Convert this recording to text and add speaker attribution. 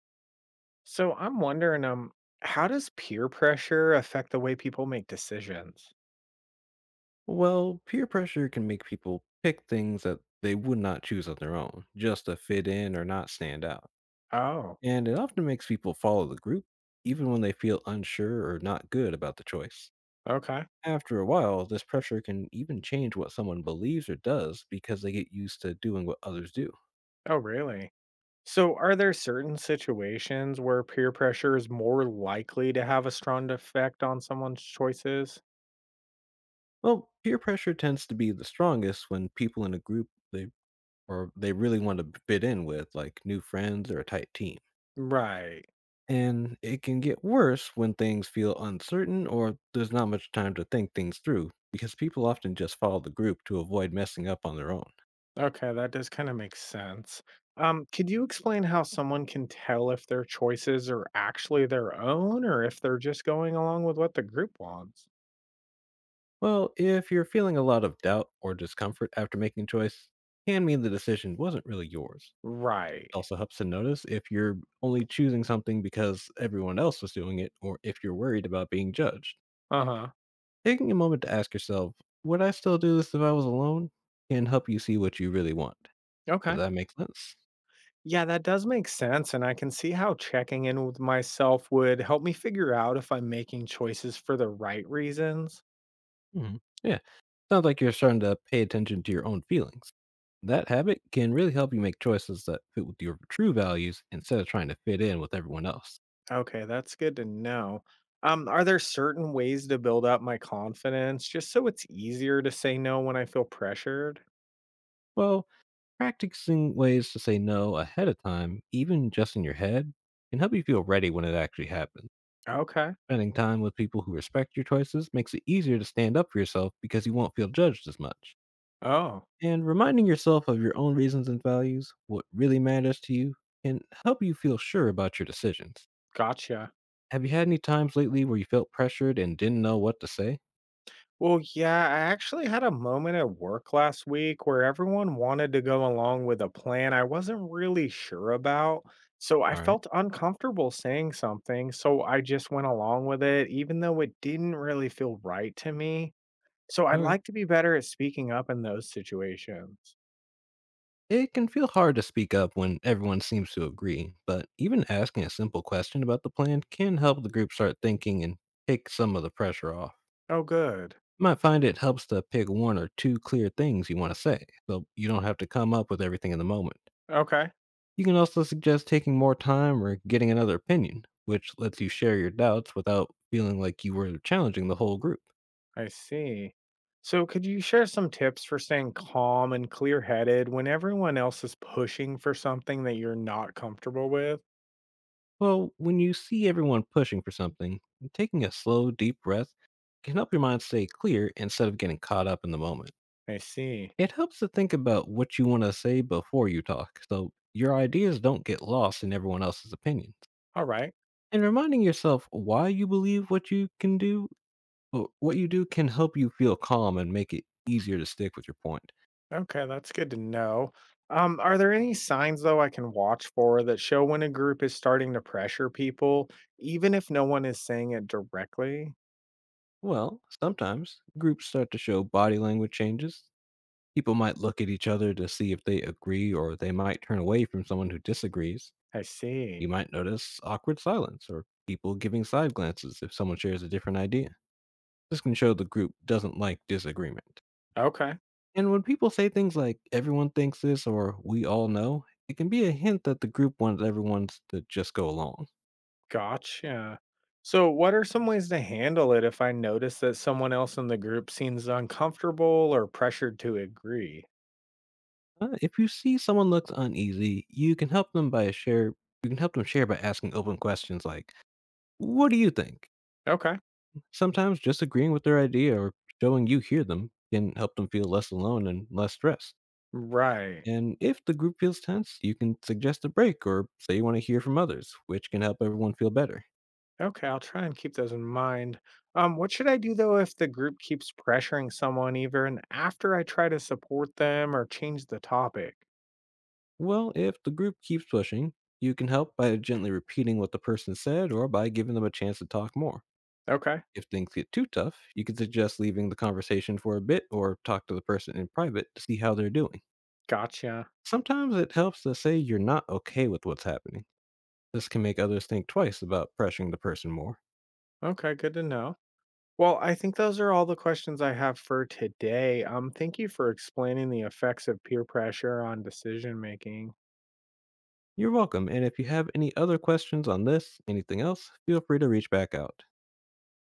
Speaker 1: So I'm wondering, how does peer pressure affect the way people make decisions?
Speaker 2: Well, peer pressure can make people pick things that they would not choose on their own, just to fit in or not stand out.
Speaker 1: Oh,
Speaker 2: And it often makes people follow the group, even when they feel unsure or not good about the choice.
Speaker 1: okay.
Speaker 2: After a while, this pressure can even change what someone believes or does because they get used to doing what others do.
Speaker 1: Oh, really? So are there certain situations where peer pressure is more likely to have a strong effect on someone's choices?
Speaker 2: Well, peer pressure tends to be the strongest when people in a group they really want to fit in with, like new friends or a tight team.
Speaker 1: Right.
Speaker 2: And it can get worse when things feel uncertain or there's not much time to think things through, because people often just follow the group to avoid messing up on their own.
Speaker 1: Okay, that does kind of make sense. Could you explain how someone can tell if their choices are actually their own or if they're just going along with what the group wants?
Speaker 2: Well, if you're feeling a lot of doubt or discomfort after making a choice, can mean the decision wasn't really yours.
Speaker 1: Right.
Speaker 2: It also helps to notice if you're only choosing something because everyone else was doing it, or if you're worried about being judged.
Speaker 1: Uh-huh.
Speaker 2: Taking a moment to ask yourself, would I still do this if I was alone? Can help you see what you really want. Does
Speaker 1: Okay.
Speaker 2: that make sense?
Speaker 1: Yeah, that does make sense. And I can see how checking in with myself would help me figure out if I'm making choices for the right reasons.
Speaker 2: Hmm. Yeah. Sounds like you're starting to pay attention to your own feelings. That habit can really help you make choices that fit with your true values instead of trying to fit in with everyone else.
Speaker 1: Okay, that's good to know. Are there certain ways to build up my confidence just so it's easier to say no when I feel pressured?
Speaker 2: Well, practicing ways to say no ahead of time, even just in your head, can help you feel ready when it actually happens.
Speaker 1: Okay.
Speaker 2: Spending time with people who respect your choices makes it easier to stand up for yourself because you won't feel judged as much.
Speaker 1: Oh,
Speaker 2: And reminding yourself of your own reasons and values, what really matters to you, can help you feel sure about your decisions.
Speaker 1: gotcha.
Speaker 2: Have you had any times lately where you felt pressured and didn't know what to say?
Speaker 1: Well, yeah, I actually had a moment at work last week where everyone wanted to go along with a plan I wasn't really sure about. So I
Speaker 2: All right.
Speaker 1: felt uncomfortable saying something, so I just went along with it, even though it didn't really feel right to me. So I'd
Speaker 2: Okay.
Speaker 1: like to be better at speaking up in those situations.
Speaker 2: It can feel hard to speak up when everyone seems to agree, but even asking a simple question about the plan can help the group start thinking and take some of the pressure off.
Speaker 1: Oh, good.
Speaker 2: You might find it helps to pick one or two clear things you want to say, so you don't have to come up with everything in the moment.
Speaker 1: Okay.
Speaker 2: You can also suggest taking more time or getting another opinion, which lets you share your doubts without feeling like you were challenging the whole group.
Speaker 1: I see. So could you share some tips for staying calm and clear headed when everyone else is pushing for something that you're not comfortable with?
Speaker 2: Well, when you see everyone pushing for something, taking a slow, deep breath can help your mind stay clear instead of getting caught up in the moment.
Speaker 1: I see.
Speaker 2: It helps to think about what you want to say before you talk, so your ideas don't get lost in everyone else's opinions.
Speaker 1: All right.
Speaker 2: And reminding yourself why you believe what you can do, or what you do can help you feel calm and make it easier to stick with your point.
Speaker 1: Okay, that's good to know. Are there any signs though I can watch for that show when a group is starting to pressure people, even if no one is saying it directly?
Speaker 2: Well, sometimes groups start to show body language changes. People might look at each other to see if they agree, or they might turn away from someone who disagrees.
Speaker 1: I
Speaker 2: You
Speaker 1: see.
Speaker 2: might notice awkward silence or people giving side glances if someone shares a different idea. This can show the group doesn't like disagreement.
Speaker 1: Okay,
Speaker 2: And when people say things like, everyone thinks this or we all know, it can be a hint that the group wants everyone to just go along.
Speaker 1: gotcha. So what are some ways to handle it if I notice that someone else in the group seems uncomfortable or pressured to agree?
Speaker 2: If you see someone looks uneasy, you can help them by a share. You can help them share by asking open questions like, "What do you think?"
Speaker 1: Okay,
Speaker 2: Sometimes just agreeing with their idea or showing you hear them can help them feel less alone and less stressed.
Speaker 1: right.
Speaker 2: And if the group feels tense, you can suggest a break or say you want to hear from others, which can help everyone feel better.
Speaker 1: Okay, I'll try and keep those in mind. What should I do though if the group keeps pressuring someone even after I try to support them or change the topic?
Speaker 2: Well, if the group keeps pushing, you can help by gently repeating what the person said or by giving them a chance to talk more.
Speaker 1: Okay,
Speaker 2: If things get too tough, you can suggest leaving the conversation for a bit or talk to the person in private to see how they're doing.
Speaker 1: gotcha.
Speaker 2: Sometimes it helps to say you're not okay with what's happening. This can make others think twice about pressuring the person more.
Speaker 1: Okay, good to know. Well, I think those are all the questions I have for today. Thank you for explaining the effects of peer pressure on decision making.
Speaker 2: You're welcome. And if you have any other questions on this, anything else, feel free to reach back out.